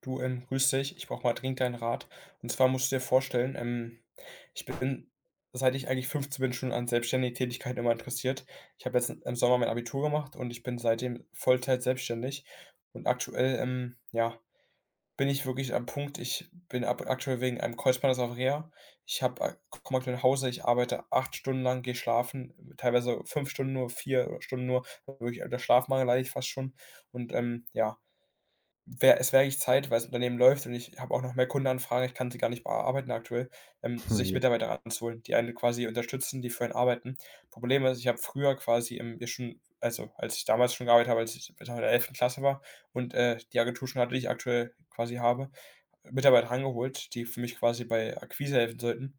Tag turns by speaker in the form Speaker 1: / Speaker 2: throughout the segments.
Speaker 1: Du, grüß dich. Ich brauche mal dringend deinen Rat. Und zwar musst du dir vorstellen, ich bin, seit ich eigentlich 15 bin, schon an selbstständige Tätigkeit immer interessiert. Ich habe jetzt im Sommer mein Abitur gemacht und ich bin seitdem Vollzeit selbstständig. Und aktuell, ja, bin ich wirklich am Punkt. Ich bin aktuell wegen einem Kreuzbandriss auf Reha. Komme aktuell nach Hause, ich arbeite 8 Stunden lang, gehe schlafen, teilweise 5 Stunden nur, 4 Stunden nur. Wirklich, der Schlafmangel leide ich fast schon. Und ja, wäre eigentlich Zeit, weil das Unternehmen läuft und ich habe auch noch mehr Kundenanfragen, ich kann sie gar nicht bearbeiten aktuell,
Speaker 2: Oh
Speaker 1: sich
Speaker 2: je.
Speaker 1: Mitarbeiter ranzuholen, die einen quasi unterstützen, die für einen arbeiten. Problem ist, ich habe früher quasi im ja schon also, als ich damals schon gearbeitet habe, als ich in der 11. Klasse war und, die Agentur schon hatte, die ich aktuell quasi habe Mitarbeiter rangeholt, die für mich quasi bei Akquise helfen sollten.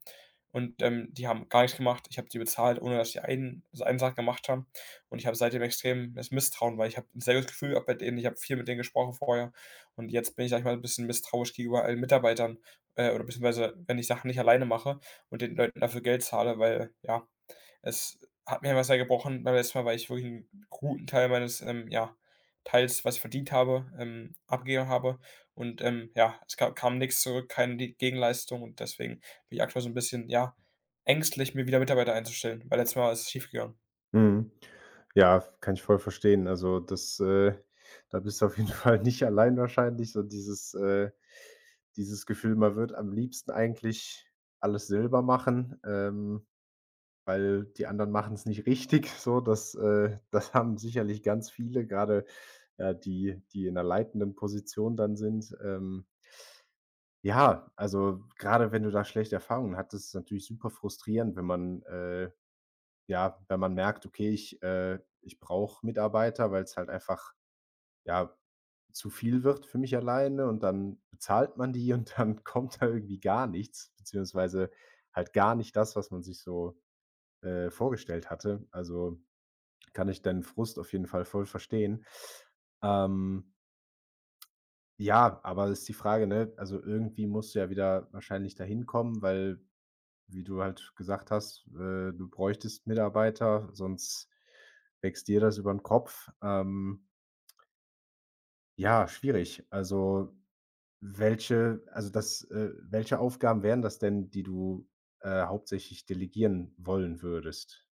Speaker 1: Und, die haben gar nichts gemacht. Ich habe die bezahlt, ohne dass die einen also einen Sack gemacht haben. Und ich habe seitdem extrem das Misstrauen, weil ich habe ein sehr gutes Gefühl gehabt bei denen. Ich habe viel mit denen gesprochen vorher. Und jetzt bin ich, sage ich mal, 'n bisschen misstrauisch gegenüber allen Mitarbeitern, oder beziehungsweise wenn ich Sachen nicht alleine mache und den Leuten dafür Geld zahle, weil, ja es hat mir einfach sehr gebrochen beim letzten Mal, weil ich wirklich einen guten Teil meines, ja, Teils, was ich verdient habe, abgegeben habe. Und, ja, es ka kam nichts zurück, keine Di Gegenleistung und deswegen bin ich aktuell so ein bisschen, ja, ängstlich, mir wieder Mitarbeiter einzustellen, weil letztes Mal ist es schiefgegangen.
Speaker 2: Mhm. Ja, kann ich voll verstehen. Also, da bist du auf jeden Fall nicht allein wahrscheinlich. So dieses Gefühl, man wird am liebsten eigentlich alles selber machen, weil die anderen machen es nicht richtig so. Das haben sicherlich ganz viele, gerade, ja, die in 'ner leitenden Position dann sind. Ja, also, gerade wenn du da schlechte Erfahrungen hattest, ist es natürlich super frustrierend, wenn ja, wenn man merkt, okay, ich brauche Mitarbeiter, weil es halt einfach, ja, zu viel wird für mich alleine und dann bezahlt man die und dann kommt da irgendwie gar nichts, beziehungsweise halt gar nicht das, was man sich so, vorgestellt hatte. Also, kann ich deinen Frust auf jeden Fall voll verstehen. Ähm, ja, aber ist die Frage, ne also, irgendwie musst du ja wieder wahrscheinlich dahin kommen, weil wie du halt gesagt hast, du bräuchtest Mitarbeiter, sonst wächst dir das über den Kopf. Ja, schwierig. Also, welche also, das welche Aufgaben wären das denn, die du, hauptsächlich delegieren wollen würdest?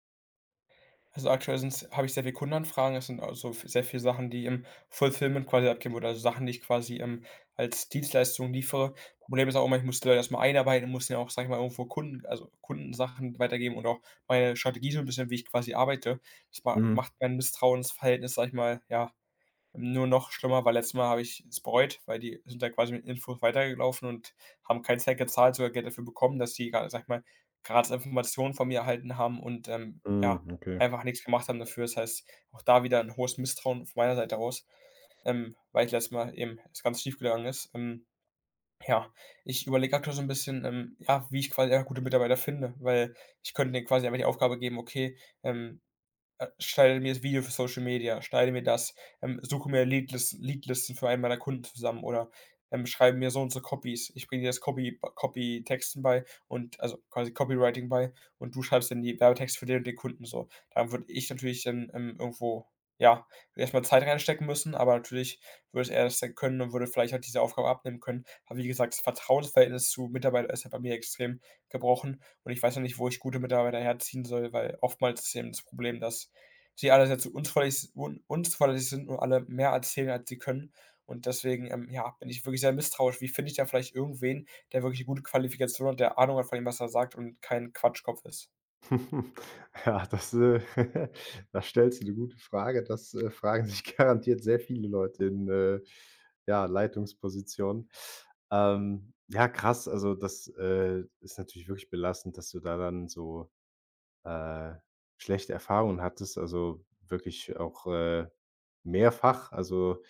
Speaker 1: Also, aktuell sind's habe ich sehr viel Kundenanfragen. Es sind also v sehr viele Sachen, die im Fulfillment quasi abgeben oder also Sachen, die ich quasi, als Dienstleistung liefere. Problem ist auch immer, ich muss die Leute erst einarbeiten, muss ja auch, sage ich mal, irgendwo Kunden also Kundensachen weitergeben und auch meine Strategie so ein bisschen, wie ich quasi arbeite. Das ma
Speaker 2: Mhm,
Speaker 1: macht mein Misstrauensverhältnis, sage ich mal, ja nur noch schlimmer, weil letztes Mal habe ich es bereut, weil die sind da quasi mit Infos weitergelaufen und haben kein Cent gezahlt, sogar Geld dafür bekommen, dass die gra sage ich mal, gratis Informationen von mir erhalten haben und, ja,
Speaker 2: mhm, okay.
Speaker 1: einfach nichts gemacht haben dafür. Das heißt, auch da wieder ein hohes Misstrauen von meiner Seite aus, weil ich letztes Mal eben es ganz schief gegangen ist. Ja, ich überlege aktuell so ein bisschen, ja, wie ich quasi einfach gute Mitarbeiter finde, weil ich könnte denen quasi einfach die Aufgabe geben: „Okay, ähm, schneide mir das Video für Social Media, schneide mir das, suche mir Leadlisten für einen meiner Kunden zusammen oder, schreibe mir so und so Copies. Ich bringe dir das Copytexten bei und also, quasi Copywriting bei und du schreibst dann die Werbetexte für den und den Kunden so. Da würde ich natürlich dann, irgendwo, ja, erstmal Zeit reinstecken müssen, aber natürlich würde er das dann können und würde vielleicht auch diese Aufgabe abnehmen können. Aber wie gesagt, das Vertrauensverhältnis zu Mitarbeitern ist ja bei mir extrem gebrochen und ich weiß noch nicht, wo ich gute Mitarbeiter herziehen soll, weil oftmals ist eben das Problem, dass die alle sehr zu unzuverlässig un unzuverlässig sind und alle mehr erzählen, als sie können. Und deswegen, ja, bin ich wirklich sehr misstrauisch. Wie finde ich da vielleicht irgendwen, der wirklich 'ne gute Qualifikation hat, der Ahnung hat von dem, was er sagt und kein Quatschkopf ist?
Speaker 2: Ja, da stellst du eine gute Frage. Fragen sich garantiert sehr viele Leute in, ja, Leitungspositionen. Ja, krass, also ist natürlich wirklich belastend, dass du da dann so, äh, schlechte Erfahrungen hattest, also wirklich auch, mehrfach. Also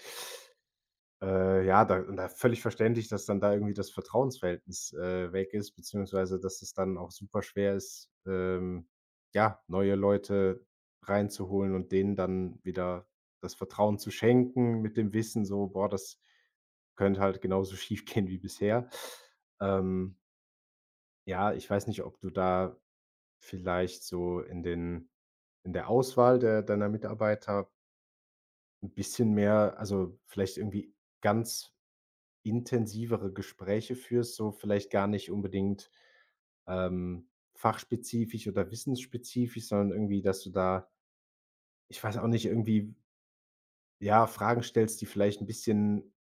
Speaker 2: ja, da na, völlig verständlich, dass dann da irgendwie das Vertrauensverhältnis, weg ist, beziehungsweise, dass es dann auch super schwer ist, ja, neue Leute reinzuholen und denen dann wieder das Vertrauen zu schenken mit dem Wissen so: „Boah, das könnte halt genauso schiefgehen wie bisher.“ Ähm, ja, ich weiß nicht, ob du da vielleicht so in den in der Auswahl der deiner Mitarbeiter ein bisschen mehr also, vielleicht irgendwie ganz intensivere Gespräche führst, so vielleicht gar nicht unbedingt, fachspezifisch oder wissensspezifisch, sondern irgendwie, dass du da ich weiß auch nicht, irgendwie, ja, Fragen stellst, die vielleicht ein bisschen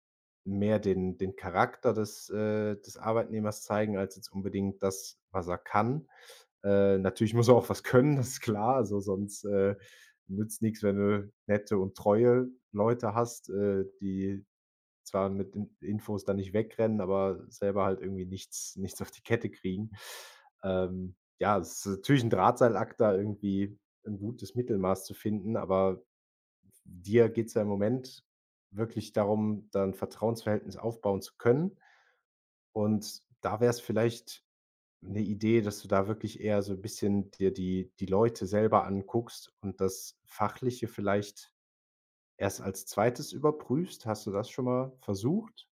Speaker 2: mehr den Charakter des Arbeitnehmers zeigen, als jetzt unbedingt das, was er kann. Natürlich muss er auch was können, das ist klar, also sonst, nützt nichts, wenn du nette und treue Leute hast, die zwar mit den Infos dann nicht wegrennen, aber selber halt irgendwie nichts auf die Kette kriegen. Ja, es ist natürlich ein Drahtseilakt, da irgendwie ein gutes Mittelmaß zu finden, aber dir geht's ja im Moment wirklich darum, da 'n Vertrauensverhältnis aufbauen zu können. Und da wäre es vielleicht eine Idee, dass du da wirklich eher so ein bisschen dir die Leute selber anguckst und das Fachliche vielleicht erst als Zweites überprüfst. Hast du das schon mal versucht?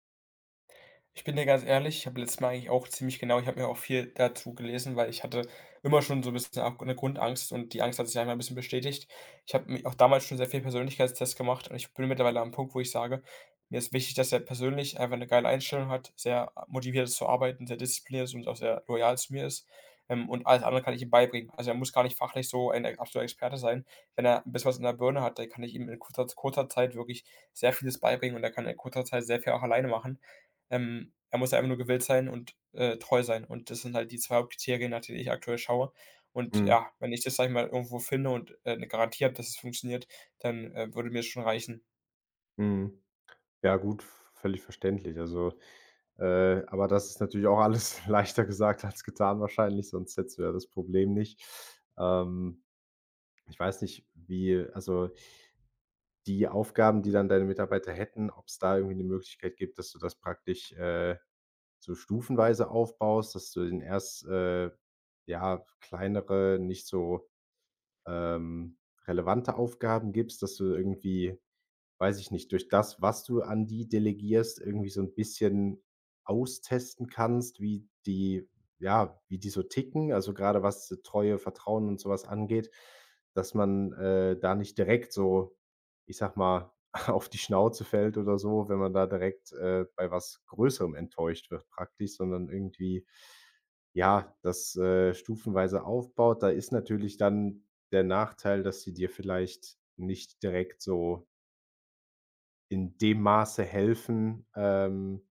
Speaker 1: Ich bin dir ganz ehrlich, ich habe letztes Mal eigentlich auch ziemlich genau ich habe mir auch viel dazu gelesen, weil ich hatte immer schon so ein bisschen auch eine Grundangst und die Angst hat sich einfach ein bisschen bestätigt. Ich habe mi auch damals schon sehr viel Persönlichkeitstests gemacht und ich bin mittlerweile am Punkt, wo ich sage: „Mir ist wichtig, dass er persönlich einfach eine geile Einstellung hat, sehr motiviert ist zu arbeiten, sehr diszipliniert ist und auch sehr loyal zu mir ist, und alles andere kann ich ihm beibringen.“ Also, er muss gar nicht fachlich so ein e absoluter Experte sein. Wenn er 'n bisschen was in der Birne hat, dann kann ich ihm in kurzer Zeit wirklich sehr vieles beibringen und er kann in kurzer Zeit sehr viel auch alleine machen. Er muss ja einfach nur gewillt sein und, treu sein. Und das sind halt die 2 Hauptkriterien, nach denen ich aktuell schaue. Und
Speaker 2: Mhm,
Speaker 1: ja, wenn ich das, sage ich mal, irgendwo finde und, 'ne Garantie habe, dass es funktioniert, dann, würde mir das schon reichen.
Speaker 2: mhm. Ja gut, völlig verständlich. Also, aber das ist natürlich auch alles leichter gesagt als getan wahrscheinlich, sonst hättest du ja das Problem nicht. Ähm, ich weiß nicht, wie also, die Aufgaben, die dann deine Mitarbeiter hätten, ob es da irgendwie 'ne Möglichkeit gibt, dass du das praktisch, so stufenweise aufbaust, dass du den erst, ja, kleinere, nicht so, ähm, relevante Aufgaben gibst, dass du irgendwie weiß ich nicht, durch das, was du an die delegierst, irgendwie so ein bisschen austesten kannst, wie die ja, wie die so ticken, also gerade was die Treue, Vertrauen und sowas angeht, dass man, da nicht direkt so, ich sag mal, auf die Schnauze fällt oder so, wenn man da direkt, bei was Größerem enttäuscht wird praktisch, sondern irgendwie, ja, stufenweise aufbaut. Da ist natürlich dann der Nachteil, dass sie dir vielleicht nicht direkt so in dem Maße helfen,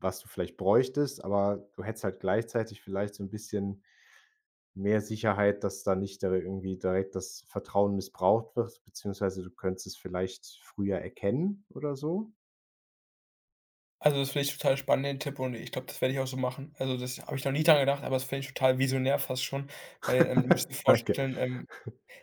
Speaker 2: was du vielleicht bräuchtest, aber du hättest halt gleichzeitig vielleicht so 'n bisschen mehr Sicherheit, dass da nicht da irgendwie direkt das Vertrauen missbraucht wird, beziehungsweise du könntest es vielleicht früher erkennen oder so.
Speaker 1: Also, das finde ich total spannend, den Tipp, und ich glaube, das werde ich auch so machen. Also, das habe ich noch nie dran gedacht, aber das finde ich total visionär fast schon, weil, du musst dir
Speaker 2: Danke.
Speaker 1: vorstellen,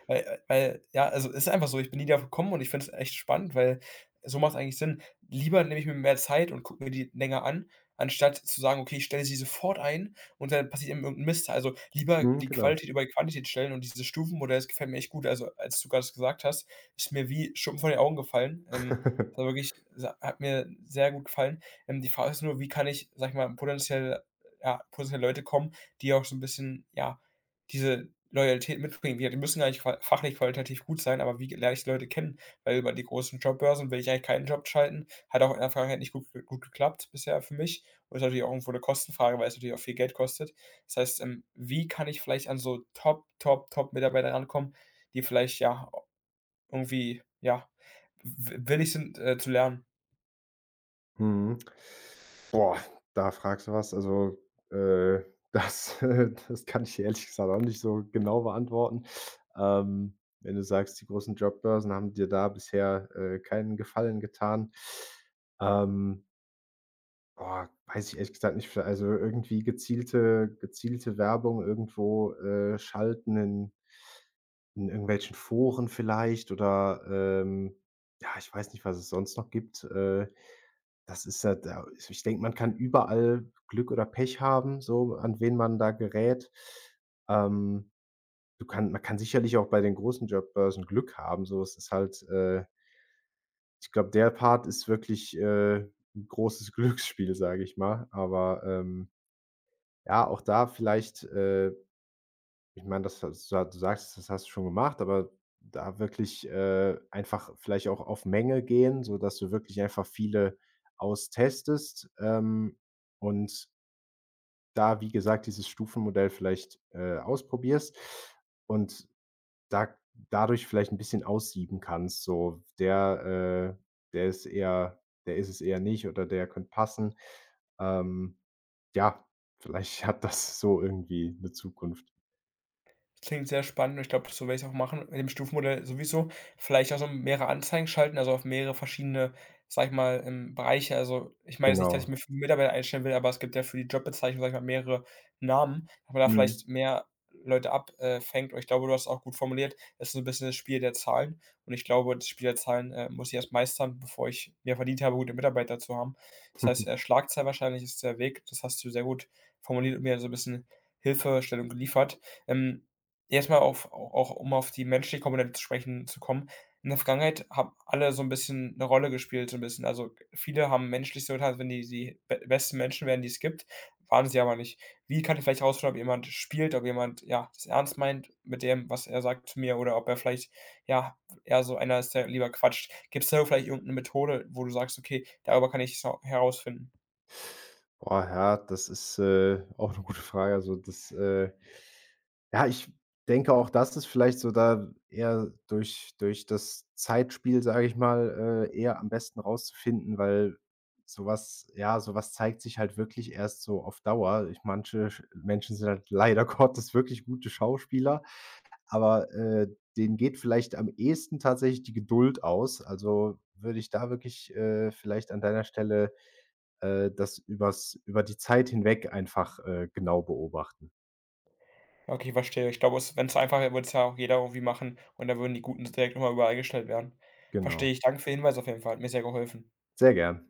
Speaker 1: Weil ja, also, es ist einfach so, ich bin nie drauf gekommen und ich finde es echt spannend, weil so macht's eigentlich Sinn. Lieber nehme ich mir mehr Zeit und gucke mir die länger an, anstatt zu sagen: „Okay, ich stelle sie sofort ein und dann passiert eben irgendein Mist.“ Also, lieber
Speaker 2: Mhm,
Speaker 1: die
Speaker 2: genau.
Speaker 1: Qualität über die Quantität stellen und dieses Stufenmodell, das gefällt mir echt gut. Also, als du gerade grad gesagt hast, ist mir wie Schuppen von den Augen gefallen. Das war wirklich sa hat mir sehr gut gefallen. Die Frage ist nur, wie kann ich, sag ich mal, potenziell ja, potenziell Leute kommen, die auch so ein bisschen, ja, diese Loyalität mitbringen. Wir die müssen gar nicht qua fachlich qualitativ gut sein, aber wie lerne ich die Leute kennen? Weil über die großen Jobbörsen will ich eigentlich keinen Job schalten. Hat auch in der Vergangenheit nicht gut geklappt bisher für mich und ist natürlich auch irgendwo eine Kostenfrage, weil es natürlich auch viel Geld kostet. Das heißt, wie kann ich vielleicht an so Top, Top, Top-Mitarbeiter rankommen, die vielleicht, ja, irgendwie, ja, w willig sind, zu lernen?
Speaker 2: Mhm. Boah, da fragst du was. Also, äh, das kann ich ehrlich gesagt auch nicht so genau beantworten. Wenn du sagst, die großen Jobbörsen haben dir da bisher, keinen Gefallen getan. Ähm Oh, weiß ich ehrlich gesagt nicht also, irgendwie gezielte Werbung irgendwo, schalten in irgendwelchen Foren vielleicht oder, ähm ja, ich weiß nicht, was es sonst noch gibt. Das ist ja da also, ich denke, man kann überall Glück oder Pech haben, so an wen man da gerät. Ähm, du kann man kann sicherlich auch bei den großen Jobbörsen Glück haben, so. Es ist halt, ich glaube, der Part ist wirklich, 'n großes Glücksspiel, sage ich mal. Aber, ja, auch da vielleicht, ich meine, das hast du du sagst, das hast du schon gemacht, aber da wirklich, einfach vielleicht auch auf Menge gehen, sodass du wirklich einfach viele austestest, und da, wie gesagt, dieses Stufenmodell vielleicht, ausprobierst und da dadurch vielleicht ein bisschen aussieben kannst, so der ist es eher nicht oder der könnte passen. Ähm, ja, vielleicht hat das so irgendwie eine Zukunft.
Speaker 1: Klingt sehr spannend und ich glaube, so werde ich's auch machen mit dem Stufenmodell sowieso. Vielleicht auch so mehrere Anzeigen schalten, also auf mehrere verschiedene, sage ich mal, Bereiche. Also, ich meine jetzt nicht, dass ich mir
Speaker 2: Genau.
Speaker 1: 5 Mitarbeiter einstellen will, aber es gibt ja für die Jobbezeichnung, sage ich mal, mehrere Namen, dass man da
Speaker 2: Mhm.
Speaker 1: vielleicht mehr Leute abfängt fängt. Und ich glaube, du hast es auch gut formuliert, es ist so ein bisschen das Spiel der Zahlen. Und ich glaube, das Spiel der Zahlen, muss ich erst meistern, bevor ich mir verdient habe, gute Mitarbeiter zu haben. Das heißt, Schlagzahl wahrscheinlich ist der Weg. Das hast du sehr gut formuliert und mir so ein bisschen Hilfestellung geliefert. Ähm, Erstmal auf au auch um auf die menschliche Komponente zu sprechen zu kommen. In der Vergangenheit haben alle so ein bisschen eine Rolle gespielt, so ein bisschen. Also, viele haben menschlich so getan, als wenn die die be besten Menschen wären, die es gibt, waren sie aber nicht. Wie kann ich vielleicht herausfinden, ob jemand spielt, ob jemand, ja, das ernst meint mit dem, was er sagt zu mir oder ob er vielleicht, ja, eher so einer ist, der lieber quatscht. Gibt es da vielleicht irgendeine Methode, wo du sagst: „Okay, darüber kann ich hau herausfinden?“
Speaker 2: Boah, ja, das ist, auch eine gute Frage. Also, ja, ich denke auch, das ist vielleicht so da eher durch das Zeitspiel, sage ich mal, eher am besten rauszufinden, weil sowas, ja, sowas zeigt sich halt wirklich erst so auf Dauer. Ich Manche sch Menschen sind halt leider Gottes wirklich gute Schauspieler, aber, denen geht vielleicht am ehesten tatsächlich die Geduld aus. Also, würde ich da wirklich, vielleicht an deiner Stelle das übers über die Zeit hinweg einfach, genau beobachten.
Speaker 1: Okay, verstehe. Ich glaube, wenn es einfach wäre, würde es ja auch jeder irgendwie machen und da würden die Guten direkt immer überall gestellt werden.
Speaker 2: Genau.
Speaker 1: Verstehe ich. Danke für den Hinweis auf jeden Fall. Hat mir sehr geholfen.
Speaker 2: Sehr gern.